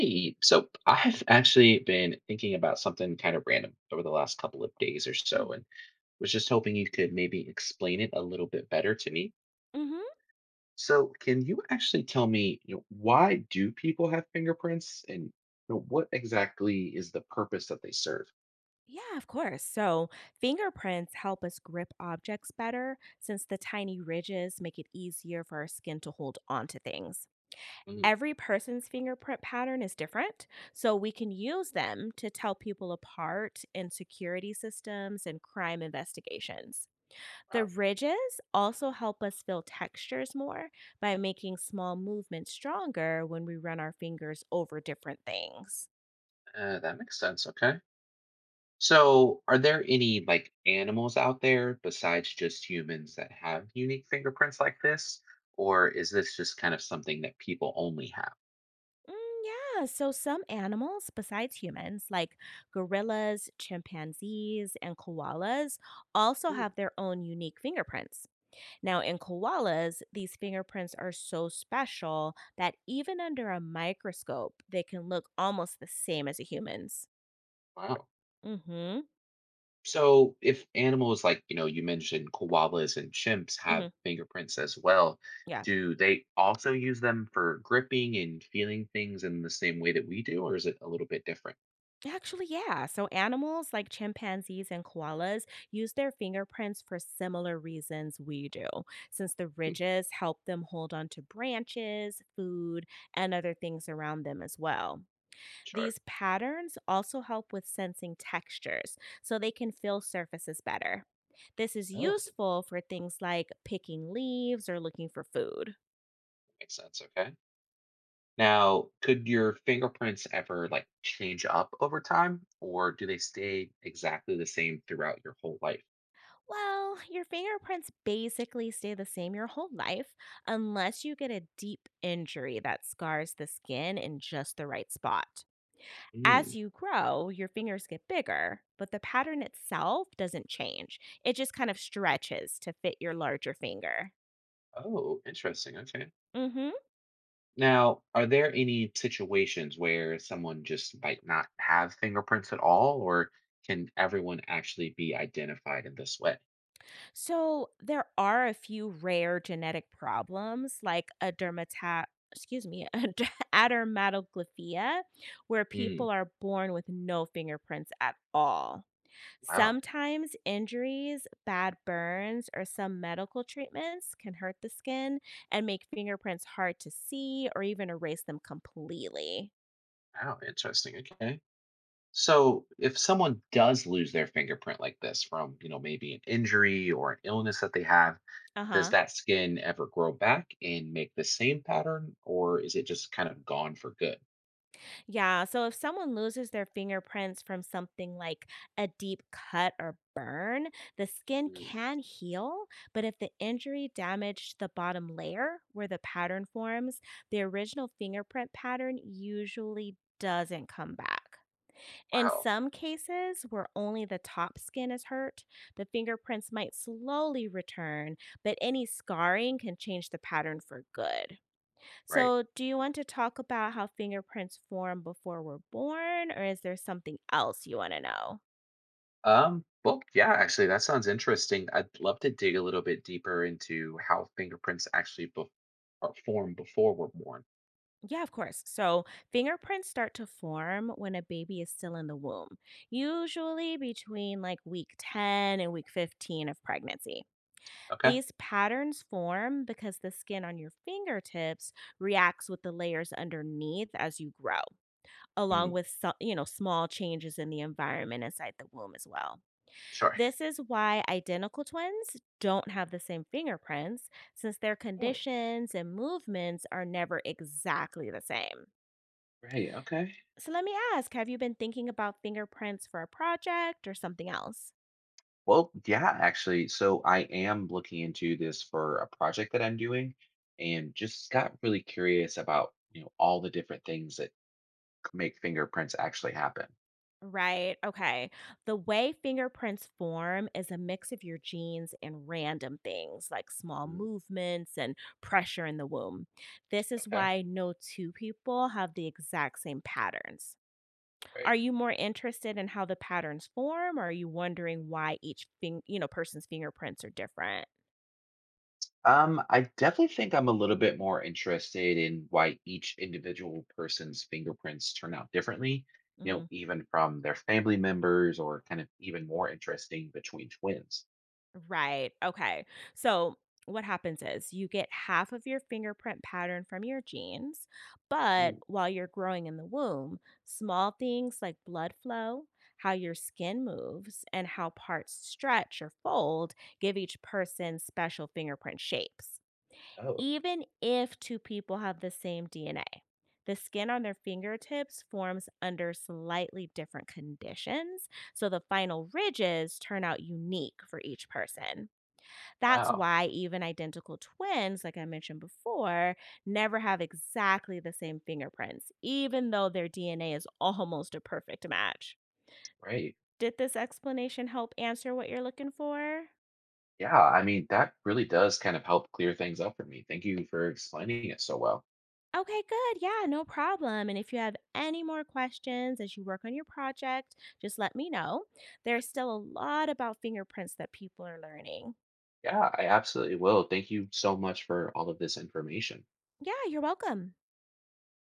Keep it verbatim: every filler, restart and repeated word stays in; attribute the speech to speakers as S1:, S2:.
S1: Hey, so I've actually been thinking about something kind of random over the last couple of days or
S2: Mm.
S1: so, and was just hoping you could maybe explain it a little bit better to me.
S2: Mhm.
S1: So, can you actually tell me, you know, why do people have fingerprints, and you know, what exactly is the purpose that they serve?
S2: Yeah, of course. So, fingerprints help us grip objects better since the tiny ridges make it easier for our skin to hold onto things.
S1: Mm.
S2: Every person's fingerprint pattern is different, so we can use them to tell people apart in security systems and crime investigations. The
S1: Wow.
S2: ridges also help us feel textures more by making small movements stronger when we run our fingers over different things.
S1: Uh, that makes sense. Okay. So, are there any like animals out there besides just humans that have unique fingerprints like this, or is this just kind of something that people only have?
S2: Mm, yeah, so some animals besides humans, like gorillas, chimpanzees, and koalas, also have their own unique fingerprints. Now, in koalas, these fingerprints are so special that even under a microscope, they can look almost the same as a human's.
S1: Wow.
S2: Mm hmm.
S1: So if animals like, you know, you mentioned koalas and chimps
S2: Mm
S1: have
S2: hmm.
S1: fingerprints as well,
S2: Yeah.
S1: do they also use them for gripping and feeling things in the same way that we do, or is it a little bit different?
S2: Actually, yeah. So animals like chimpanzees and koalas use their fingerprints for similar reasons we do, since the
S1: Hmm.
S2: ridges help them hold on to branches, food, and other things around them as well.
S1: Sure.
S2: These patterns also help with sensing textures, so they can feel surfaces better. This is
S1: Oh,
S2: useful for things like picking leaves or looking for food.
S1: makes sense. Okay. Now, could your fingerprints ever like change up over time, or do they stay exactly the same throughout your whole life?
S2: Well, your fingerprints basically stay the same your whole life unless you get a deep injury that scars the skin in just the right spot.
S1: Hmm.
S2: As you grow, your fingers get bigger, but the pattern itself doesn't change. It just kind of stretches to fit your larger finger.
S1: Oh, interesting. Okay.
S2: Mhm.
S1: Now, are there any situations where someone just might not have fingerprints at all, or can everyone actually be identified in this way?
S2: So there are a few rare genetic problems like a dermata excuse me, a d- adermatoglyphia, where
S1: Mm.
S2: people are born with no fingerprints at all.
S1: Wow.
S2: Sometimes injuries, bad burns, or some medical treatments can hurt the skin and make fingerprints hard to see or even erase them completely.
S1: Wow. Interesting. Okay. So, if someone does lose their fingerprint like this from, you know, maybe an injury or an illness that they have,
S2: Uh
S1: does
S2: huh.
S1: that skin ever grow back and make the same pattern, or is it just kind of gone for good?
S2: Yeah. So if someone loses their fingerprints from something like a deep cut or burn, the skin
S1: Mm.
S2: can heal. But if the injury damaged the bottom layer where the pattern forms, the original fingerprint pattern usually doesn't come back. In
S1: Wow.
S2: some cases where only the top skin is hurt, the fingerprints might slowly return, but any scarring can change the pattern for good.
S1: Right.
S2: So, do you want to talk about how fingerprints form before we're born, or is there something else you want to know?
S1: Um, well, yeah, actually, that sounds interesting. I'd love to dig a little bit deeper into how fingerprints actually be- are formed before we're born.
S2: Yeah, of course. So, fingerprints start to form when a baby is still in the womb, usually between like week ten and week fifteen of pregnancy.
S1: Okay.
S2: These patterns form because the skin on your fingertips reacts with the layers underneath as you grow, along
S1: Mm.
S2: with so- you know, small changes in the environment inside the womb as well.
S1: Sure.
S2: This is why identical twins don't have the same fingerprints since their
S1: Oh,
S2: conditions and movements are never exactly the same.
S1: great. Okay.
S2: So let me ask, have you been thinking about fingerprints for a project or something else?
S1: Well, yeah, actually. So I am looking into this for a project that I'm doing and just got really curious about, you know, all the different things that c- make fingerprints actually happen.
S2: Right. Okay. The way fingerprints form is a mix of your genes and random things like small
S1: Mm.
S2: movements and pressure in the womb. This is
S1: Okay.
S2: why no two people have the exact same patterns. Are
S1: Right.
S2: you more interested in how the patterns form, or are you wondering why each thing, you know, person's fingerprints are different?
S1: Um, I definitely think I'm a little bit more interested in why each individual person's fingerprints turn out differently, you
S2: Mm-hmm.
S1: know, even from their family members or kind of even more interesting between twins.
S2: Right. Okay. So what happens is you get half of your fingerprint pattern from your genes, but
S1: Mm.
S2: while you're growing in the womb, small things like blood flow, how your skin moves, and how parts stretch or fold give each person special fingerprint shapes.
S1: Oh,
S2: Even if two people have the same D N A, the skin on their fingertips forms under slightly different conditions, so the final ridges turn out unique for each person. That's
S1: wow.
S2: why even identical twins, like I mentioned before, never have exactly the same fingerprints, even though their D N A is almost a perfect match.
S1: Right.
S2: Did this explanation help answer what you're looking for?
S1: Yeah. I mean, that really does kind of help clear things up for me. Thank you for explaining it so well.
S2: Okay, good. Yeah, no problem. And if you have any more questions as you work on your project, just let me know. There's still a lot about fingerprints that people are learning.
S1: Yeah, I absolutely will. Thank you so much for all of this information.
S2: Yeah, you're welcome.